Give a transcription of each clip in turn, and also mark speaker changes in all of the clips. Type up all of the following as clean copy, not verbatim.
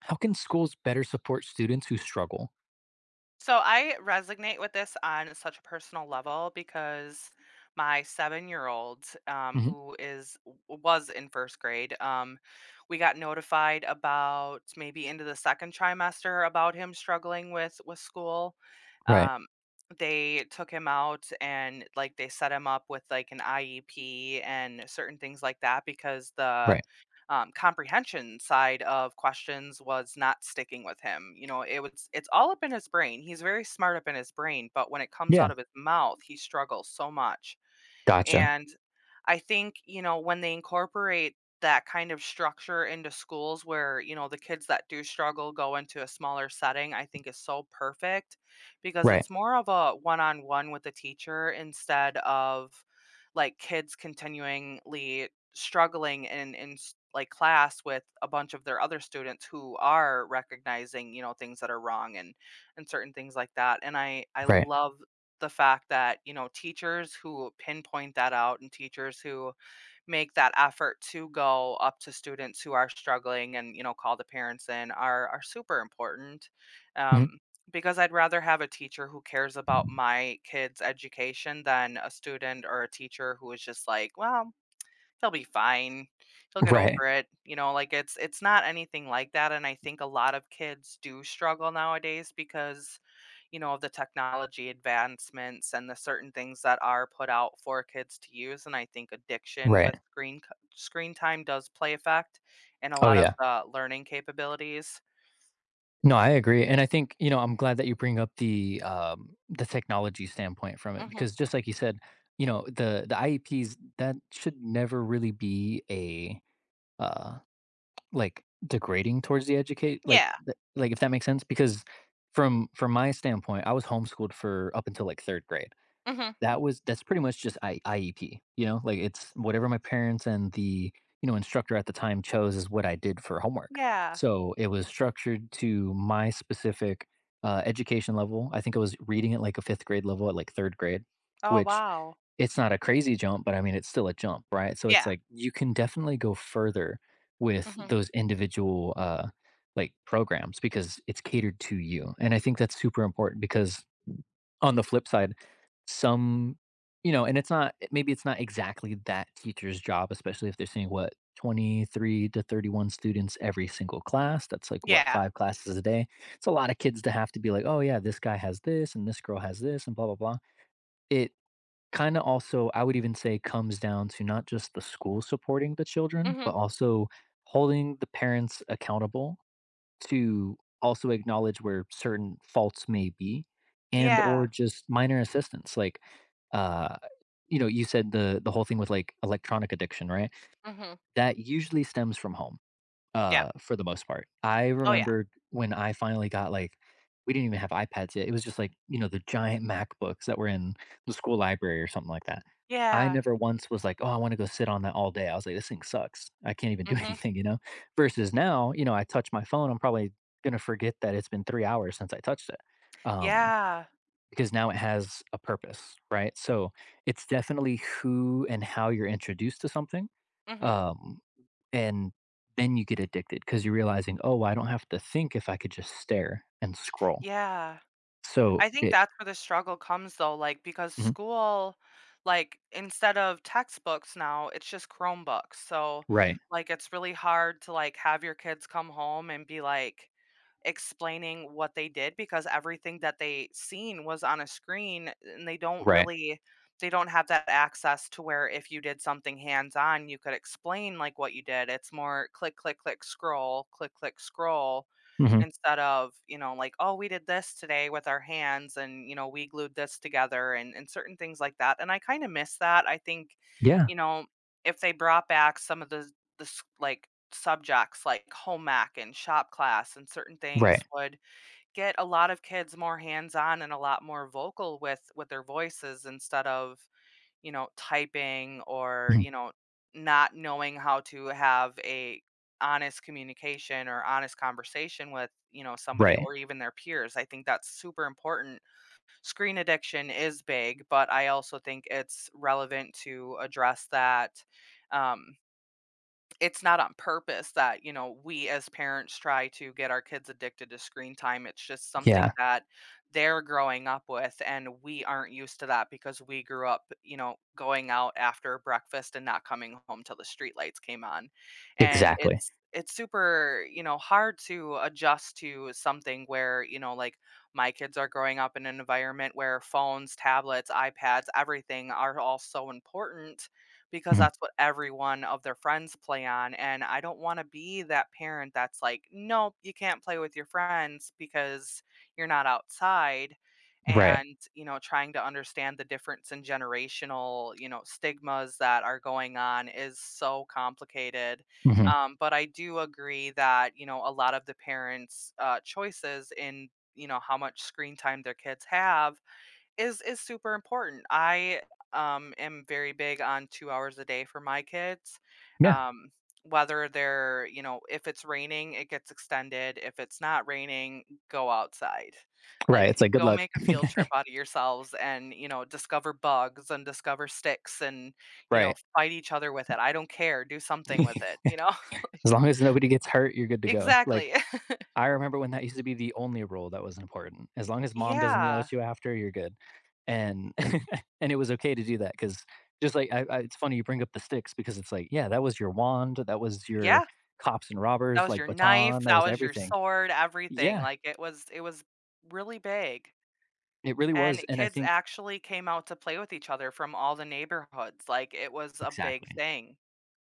Speaker 1: How can schools better support students who struggle?
Speaker 2: So I resonate with this on such a personal level because my seven-year-old,
Speaker 1: Hmm.
Speaker 2: who is was in first grade, we got notified about maybe into the second trimester about him struggling with school.
Speaker 1: Right.
Speaker 2: Um, they took him out and like they set him up with like an IEP and certain things like that because the
Speaker 1: Right.
Speaker 2: comprehension side of questions was not sticking with him. You know, it's all up in his brain. He's very smart up in his brain, but when it comes out
Speaker 1: Yeah.
Speaker 2: of his mouth, he struggles so much.
Speaker 1: Gotcha.
Speaker 2: And I think, you know, when they incorporate that kind of structure into schools where, you know, the kids that do struggle go into a smaller setting, I think is so perfect because
Speaker 1: Right.
Speaker 2: it's more of a one on one with the teacher instead of like kids continually struggling like class with a bunch of their other students who are recognizing, you know, things that are wrong, and certain things like that. And I
Speaker 1: Right.
Speaker 2: love the fact that, you know, teachers who pinpoint that out and teachers who make that effort to go up to students who are struggling and, you know, call the parents in are super important.
Speaker 1: Hmm.
Speaker 2: Um, because I'd rather have a teacher who cares about my kid's education than a student or a teacher who is just like, well, he'll be fine. He'll get over
Speaker 1: Right.
Speaker 2: it, you know, like, it's not anything like that. And I think a lot of kids do struggle nowadays because, you know, of the technology advancements and the certain things that are put out for kids to use, and I think addiction
Speaker 1: Right.
Speaker 2: with screen time does play effect in a
Speaker 1: Oh,
Speaker 2: lot of
Speaker 1: yeah.
Speaker 2: the learning capabilities.
Speaker 1: No, I agree, and I think, you know, I'm glad that you bring up the technology standpoint from it,
Speaker 2: Mhm.
Speaker 1: because just like you said, you know, the IEPs that should never really be a uh, like, degrading towards the educate, like,
Speaker 2: Yeah.
Speaker 1: like, if that makes sense, because from my standpoint, I was homeschooled for up until like third grade.
Speaker 2: Mhm.
Speaker 1: That's pretty much just I IEP, you know? Like, it's whatever my parents and the, instructor at the time chose is what I did for homework.
Speaker 2: Yeah.
Speaker 1: So, it was structured to my specific, education level. I think I was reading at, like, a 5th grade level at, like, 3rd grade,
Speaker 2: Oh,
Speaker 1: which,
Speaker 2: wow.
Speaker 1: it's not a crazy jump, but I mean, it's still a jump, right? So, it's
Speaker 2: Yeah.
Speaker 1: like, you can definitely go further with
Speaker 2: Mhm.
Speaker 1: those individual, like, programs because it's catered to you, and I think that's super important because, on the flip side, some, you know, and it's not maybe it's not exactly that teacher's job, especially if they're seeing what, 23 to 31 students every single class. That's like what,
Speaker 2: Yeah.
Speaker 1: five classes a day. It's a lot of kids to have to be like, "Oh yeah, this guy has this and this girl has this and blah blah blah." It kind of also, I would even say, comes down to not just the school supporting the children,
Speaker 2: Mhm.
Speaker 1: but also holding the parents accountable to also acknowledge where certain faults may be, and
Speaker 2: Yeah.
Speaker 1: or just minor assistance, like uh you know, you said the whole thing with like electronic addiction, right?
Speaker 2: Mhm.
Speaker 1: That usually stems from home,
Speaker 2: Yep.
Speaker 1: for the most part. I
Speaker 2: Oh, yeah.
Speaker 1: remembered when I finally got like, we didn't even have iPads yet. It was just like, you know, the giant MacBooks that were in the school library or something like that. I
Speaker 2: Yeah.
Speaker 1: never once was like, "Oh, I want to go sit on that all day." I was like, "This thing sucks. I can't even do
Speaker 2: Mhm.
Speaker 1: anything," you know? Versus now, you know, I touch my phone, I'm probably going to forget that it's been 3 hours since I touched it. Um,
Speaker 2: Yeah.
Speaker 1: because now it has a purpose, right? So, it's definitely who and how you're introduced to something,
Speaker 2: Mhm.
Speaker 1: um, and then you get addicted because 'cause you're realizing, "Oh, I don't have to think if I could just stare and scroll."
Speaker 2: Yeah.
Speaker 1: So
Speaker 2: I think
Speaker 1: it.
Speaker 2: that's where the struggle comes though, like, because
Speaker 1: Mhm.
Speaker 2: school, like, instead of textbooks now, it's just Chromebooks. So,
Speaker 1: Right.
Speaker 2: like, it's really hard to, like, have your kids come home and be like, explaining what they did because everything that they seen was on a screen, and they don't
Speaker 1: Right.
Speaker 2: really they don't have that access to where if you did something hands on you could explain like what you did. It's more click click click scroll
Speaker 1: Mhm.
Speaker 2: instead of, you know, like, oh, we did this today with our hands, and you know we glued this together, and certain things like that. And I kind of miss that. I think,
Speaker 1: Yeah.
Speaker 2: you know, if they brought back some of the this like subjects like home ec and shop class and certain things
Speaker 1: Right.
Speaker 2: would get a lot of kids more hands-on and a lot more vocal with their voices instead of, you know, typing or,
Speaker 1: Mhm.
Speaker 2: you know, not knowing how to have a honest communication or honest conversation with, you know, somebody
Speaker 1: Right.
Speaker 2: or even their peers. I think that's super important. Screen addiction is big, but I also think it's relevant to address that, um it's not on purpose that, you know, we as parents try to get our kids addicted to screen time. It's just something
Speaker 1: Yeah.
Speaker 2: that they're growing up with, and we aren't used to that because we grew up, you know, going out after breakfast and not coming home till the street lights came on. And
Speaker 1: Exactly.
Speaker 2: it's super, you know, hard to adjust to something where, you know, like my kids are growing up in an environment where phones, tablets, iPads, everything are all so important because
Speaker 1: Mhm.
Speaker 2: that's what everyone of their friends play on. And I don't want to be that parent that's like, nope, you can't play with your friends because you're not outside.
Speaker 1: Right.
Speaker 2: And, you know, trying to understand the difference in generational, you know, stigmas that are going on is so complicated.
Speaker 1: Mhm.
Speaker 2: But I do agree that, you know, a lot of the parents' choices in, you know, how much screen time their kids have is super important. I am very big on 2 hours a day for my kids.
Speaker 1: Yeah.
Speaker 2: Um, whether they're, you know, if it's raining, it gets extended. If it's not raining, go outside.
Speaker 1: Right.
Speaker 2: Like,
Speaker 1: It's like, "Good
Speaker 2: go
Speaker 1: luck."
Speaker 2: make a field trip out of yourselves and, you know, discover bugs and discover sticks and, you know,
Speaker 1: Right.
Speaker 2: fight each other with it. I don't care. Do something with it, you know?
Speaker 1: As long as nobody gets hurt, you're good to go.
Speaker 2: Exactly.
Speaker 1: Like, I remember when that used to be the only rule that was important. As long as mom doesn't yell
Speaker 2: Yeah.
Speaker 1: at you after, you're good. And and it was okay to do that because, just like I it's funny you bring up the sticks, because it's like, yeah, that was your wand, that was your
Speaker 2: Yeah.
Speaker 1: cops and
Speaker 2: That
Speaker 1: robbers,
Speaker 2: was
Speaker 1: like,
Speaker 2: your knife,
Speaker 1: baton, that
Speaker 2: that
Speaker 1: was
Speaker 2: was your
Speaker 1: everything.
Speaker 2: sword, everything.
Speaker 1: Yeah,
Speaker 2: Like it was really big.
Speaker 1: it really
Speaker 2: And
Speaker 1: was, and I
Speaker 2: kids
Speaker 1: think.
Speaker 2: actually came out to play with each other from all the neighborhoods, like, it was a big
Speaker 1: Exactly.
Speaker 2: thing.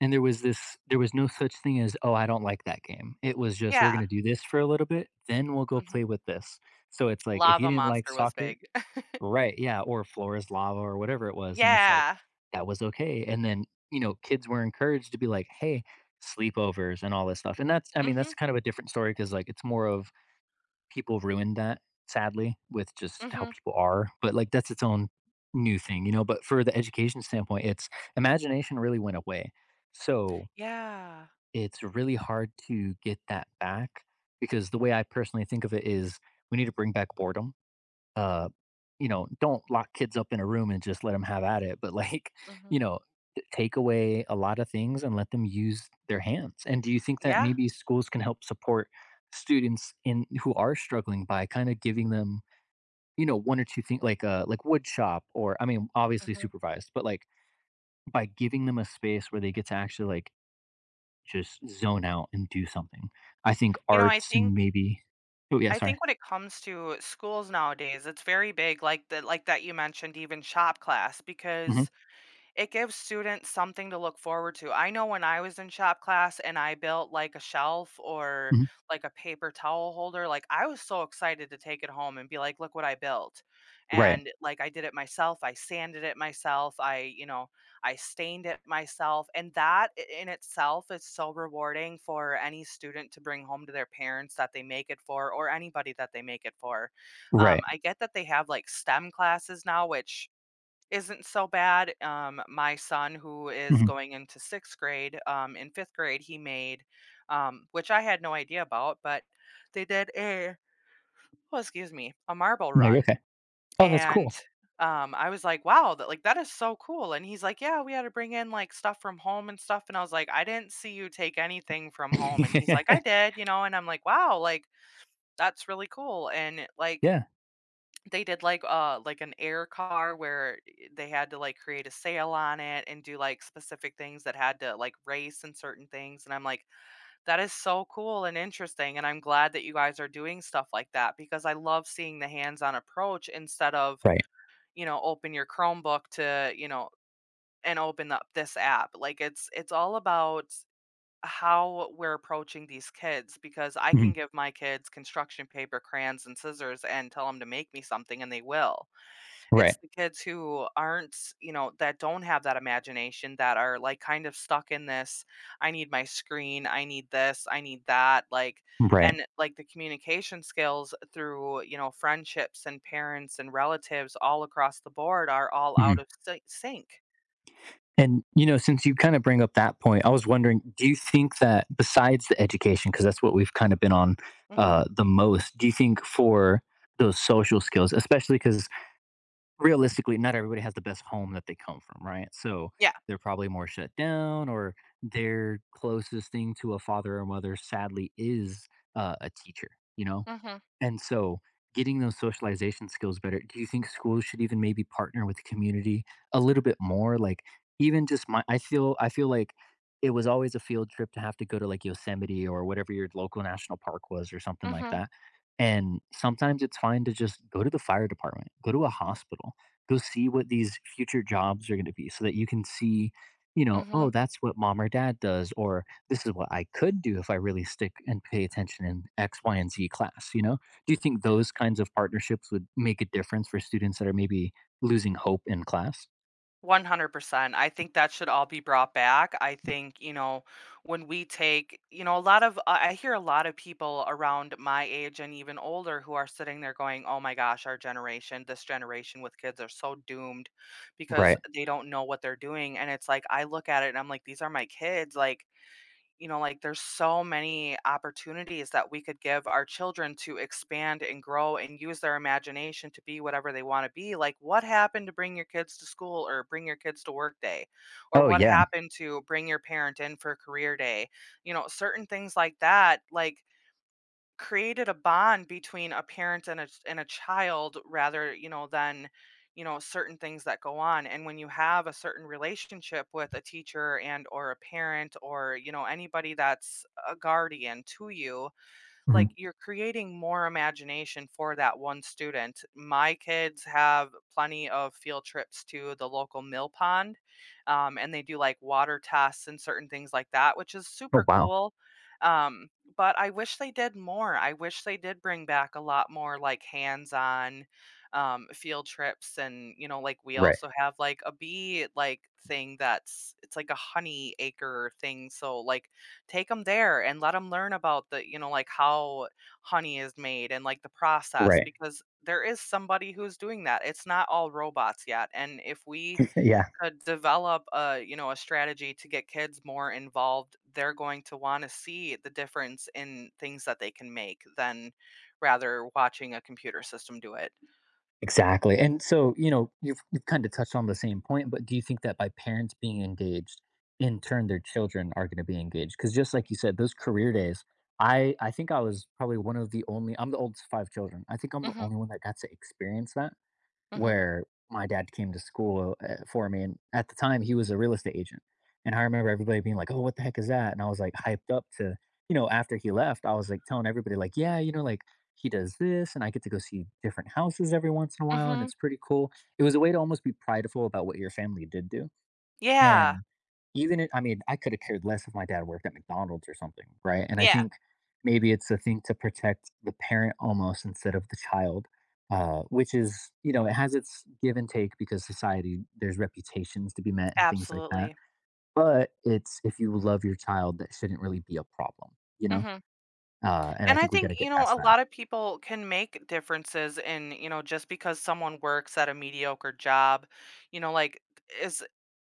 Speaker 1: And there was no such thing as, "Oh, I don't like that game." It was just, "We're
Speaker 2: Yeah,
Speaker 1: gonna do this for a little bit, then we'll go play
Speaker 2: mhm.
Speaker 1: with this." So it's like, if you
Speaker 2: Lava
Speaker 1: didn't like
Speaker 2: Monster was
Speaker 1: soccer.
Speaker 2: big.
Speaker 1: Right, yeah, or floor is lava or whatever it was, and it's like,
Speaker 2: Yeah.
Speaker 1: that was okay, and then, you know, kids were encouraged to be like, "Hey, sleepovers," and all this stuff, and that's, I mean, that's
Speaker 2: Mhm,
Speaker 1: kind of a different story because, like, it's more of people ruined that, sadly, with just how
Speaker 2: mhm.
Speaker 1: people are, but, like, that's its own new thing, you know, but for the education standpoint, it's imagination really went away, so
Speaker 2: Yeah.
Speaker 1: it's really hard to get that back because the way I personally think of it is, we need to bring back boredom, uh, you know, don't lock kids up in a room and just let them have at it, but, like,
Speaker 2: Mhm.
Speaker 1: you know, take away a lot of things and let them use their hands. And do you think that
Speaker 2: Yeah.
Speaker 1: maybe schools can help support students in who are struggling by kind of giving them, you know, one or two things like wood shop, or I mean, obviously
Speaker 2: Mhm.
Speaker 1: supervised, but like, by giving them a space where they get to actually like just zone out and do something. I think
Speaker 2: You know,
Speaker 1: arts and maybe. Oh yeah,
Speaker 2: I
Speaker 1: sorry.
Speaker 2: think when it comes to schools nowadays, it's very big, like that you mentioned, even shop class,
Speaker 1: Hmm.
Speaker 2: because it gives students something to look forward to. I know when I was in shop class and I built like a shelf or
Speaker 1: Hmm.
Speaker 2: like a paper towel holder, like I was so excited to take it home and be like, look what I built.
Speaker 1: Right.
Speaker 2: And like I did it myself, I sanded it myself, I, you know, I stained it myself. And in itself is so rewarding for any student to bring home to their parents that they make it for or anybody that they make it for.
Speaker 1: Right.
Speaker 2: I get that they have like STEM classes now, which isn't so bad. Um, my son who is
Speaker 1: Hmm.
Speaker 2: going into 6th grade, in 5th grade, he made, which I had no idea about, but they did a oh, excuse me, a marble
Speaker 1: No,
Speaker 2: run,
Speaker 1: okay. Oh, that's
Speaker 2: and,
Speaker 1: cool.
Speaker 2: I was like, "Wow, that like, that is so cool," and he's like, "Yeah, we had to bring in, like, stuff from home and stuff," and I was like, "I didn't see you take anything from home," and he's like, "I did," you know, and I'm like, "Wow, like, that's really cool," and, like,
Speaker 1: yeah.
Speaker 2: they did like an air car where they had to like create a sale on it and do like specific things that had to like race and certain things, and I'm like, that is so cool and interesting, and I'm glad that you guys are doing stuff like that because I love seeing the hands-on approach instead of,
Speaker 1: Right.
Speaker 2: you know, open your Chromebook to, you know, and open up this app. Like it's all about how we're approaching these kids because I can
Speaker 1: Mhm.
Speaker 2: give my kids construction paper, crayons, and scissors and tell them to make me something and they will. It's
Speaker 1: Right.
Speaker 2: the kids who aren't, you know, that don't have that imagination that are like kind of stuck in this, I need my screen, I need this, I need that, like
Speaker 1: Right.
Speaker 2: and like the communication skills through, you know, friendships and parents and relatives all across the board are all out
Speaker 1: Mhm.
Speaker 2: of sync.
Speaker 1: And, you know, since you kind of bring up that point, I was wondering, do you think that besides the education, because that's what we've kind of been on,
Speaker 2: Mhm.
Speaker 1: the most, do you think for those social skills, especially because realistically, not everybody has the best home that they come from, right? So
Speaker 2: Yeah.
Speaker 1: they're probably more shut down, or their closest thing to a father or mother, sadly, is a teacher, you know?
Speaker 2: Mhm.
Speaker 1: And so getting those socialization skills better, do you think schools should even maybe partner with the community a little bit more? Like, even just my I feel like it was always a field trip to have to go to like Yosemite or whatever your local national park was or something like
Speaker 2: Mhm.
Speaker 1: that. And sometimes it's fine to just go to the fire department, go to a hospital, go see what these future jobs are going to be so that you can see, you know,
Speaker 2: Mhm.
Speaker 1: oh, that's what mom or dad does, or this is what I could do if I really stick and pay attention in X, Y, and Z class, you know? Do you think those kinds of partnerships would make a difference for students that are maybe losing hope in class?
Speaker 2: 100%. I think that should all be brought back. I think, you know, when we take, you know, a lot of, I hear a lot of people around my age and even older who are sitting there going, oh my gosh, our generation, this generation with kids are so doomed because
Speaker 1: Right.
Speaker 2: they don't know what they're doing. And it's like, I look at it and I'm like, these are my kids. Like, you know, like there's so many opportunities that we could give our children to expand and grow and use their imagination to be whatever they want to be. Like, what happened to bring your kids to school or bring your kids to work day? Or
Speaker 1: Oh,
Speaker 2: what
Speaker 1: yeah.
Speaker 2: happened to bring your parent in for career day? You know, certain things like that. Like, created a bond between a parent and a child rather you know than you know certain things that go on, and when you have a certain relationship with a teacher and or a parent or you know anybody that's a guardian to you
Speaker 1: Mhm.
Speaker 2: like you're creating more imagination for that one student. My kids have plenty of field trips to the local mill pond, and they do like water tests and certain things like that, which is super
Speaker 1: Oh, wow.
Speaker 2: cool. Um, but I wish they did more. I wish they did bring back a lot more like hands on field trips. And, you know, like we
Speaker 1: Right.
Speaker 2: also have like a bee like thing that's it's like a honey acre thing. So, like, take them there and let them learn about the you know, like, how honey is made and, like, the process
Speaker 1: Right.
Speaker 2: because there is somebody who's doing that. It's not all robots yet, and if we
Speaker 1: yeah.
Speaker 2: could develop a, you know, a strategy to get kids more involved, they're going to wanna see the difference in things that they can make than rather watching a computer system do it.
Speaker 1: Exactly. And so, you know, you've kind of touched on the same point, but do you think that by parents being engaged, in turn, their children are going to be engaged? Because just like you said, those career days, I think I was probably one of the only, I'm the oldest of five children. I think I'm the
Speaker 2: Mhm,
Speaker 1: only one that got to experience that.
Speaker 2: mhm,
Speaker 1: Where my dad came to school, for me, and at the time, he was a real estate agent, and I remember everybody being like, "Oh, what the heck is that?" And I was, like, hyped up to, you know, after he left, I was, like, telling everybody, like, "Yeah, you know, like, he does this, and I get to go see different houses every once in a while, and
Speaker 2: mhm.
Speaker 1: it's pretty cool." It was a way to almost be prideful about what your family did do.
Speaker 2: Yeah,
Speaker 1: And even it, I mean, I could have cared less if my dad worked at McDonald's or something, right? And I
Speaker 2: yeah,
Speaker 1: think maybe it's a thing to protect the parent almost instead of the child, which is, you know, it has its give and take because society, there's reputations to be met and things like that.
Speaker 2: absolutely.
Speaker 1: But it's, if you love your child, that shouldn't really be a problem, you know?
Speaker 2: Mhm.
Speaker 1: And I
Speaker 2: And I
Speaker 1: think we got
Speaker 2: think,
Speaker 1: to
Speaker 2: you
Speaker 1: get
Speaker 2: know,
Speaker 1: past
Speaker 2: a
Speaker 1: that.
Speaker 2: lot of people can make differences in, you know, just because someone works at a mediocre job, you know, like, as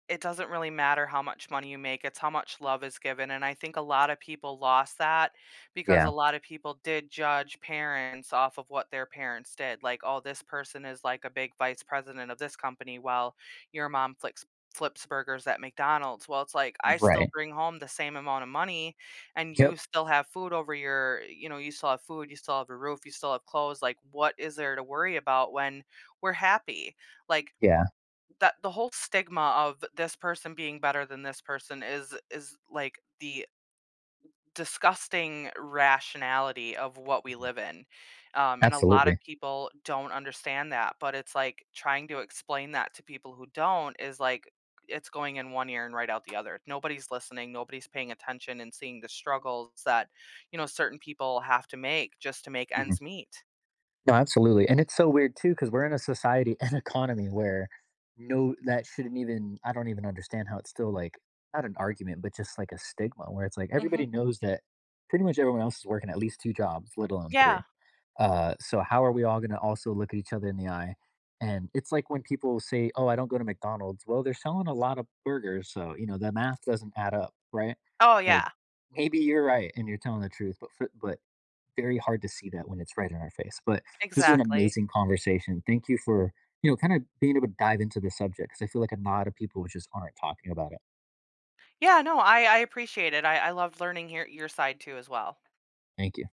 Speaker 2: it doesn't really matter how much money you make, it's how much love is given, and I think a lot of people lost that because a
Speaker 1: Yeah.
Speaker 2: lot of people did judge parents off of what their parents did, like, "Oh, this person is, like, a big vice president of this company while your mom flicks flips burgers at McDonald's." Well, it's like, I still
Speaker 1: Right.
Speaker 2: bring home the same amount of money, and you
Speaker 1: Yep.
Speaker 2: still have food over your you know, you still have food, you still have a roof, you still have clothes, like, what is there to worry about when we're happy? Like,
Speaker 1: Yeah.
Speaker 2: that the whole stigma of this person being better than this person is like the disgusting rationality of what we
Speaker 1: Mhm.
Speaker 2: live in, and a lot of
Speaker 1: Absolutely.
Speaker 2: people don't understand that but it's like trying to explain that to people who don't is like it's going in one ear and right out the other, nobody's listening, nobody's paying attention and seeing the struggles that you know certain people have to make just to make
Speaker 1: Mhm.
Speaker 2: ends meet.
Speaker 1: No, absolutely, and it's so weird too because 'cause we're in a society and economy where no, that shouldn't even, I don't even understand how it's still, like, not an argument, but just, like, a stigma where it's like
Speaker 2: Hmm.
Speaker 1: everybody knows that pretty much everyone else is working at least 2 jobs, let alone 3.
Speaker 2: Yeah.
Speaker 1: So how are we all gonna also look at each other in the eye? And it's like when people say, "Oh, I don't go to McDonald's." Well, they're selling a lot of burgers, so, you know, the math doesn't add up, right?
Speaker 2: Oh
Speaker 1: Like,
Speaker 2: yeah.
Speaker 1: maybe you're right and you're telling the truth, but very hard to see that when it's right in our face. But this was an
Speaker 2: Exactly.
Speaker 1: amazing conversation. Thank you for, you know, kind of being able to dive into the subject because I feel like a lot of people just aren't talking about it.
Speaker 2: Yeah, no, I appreciate it. I loved learning your side too as well.
Speaker 1: Thank you.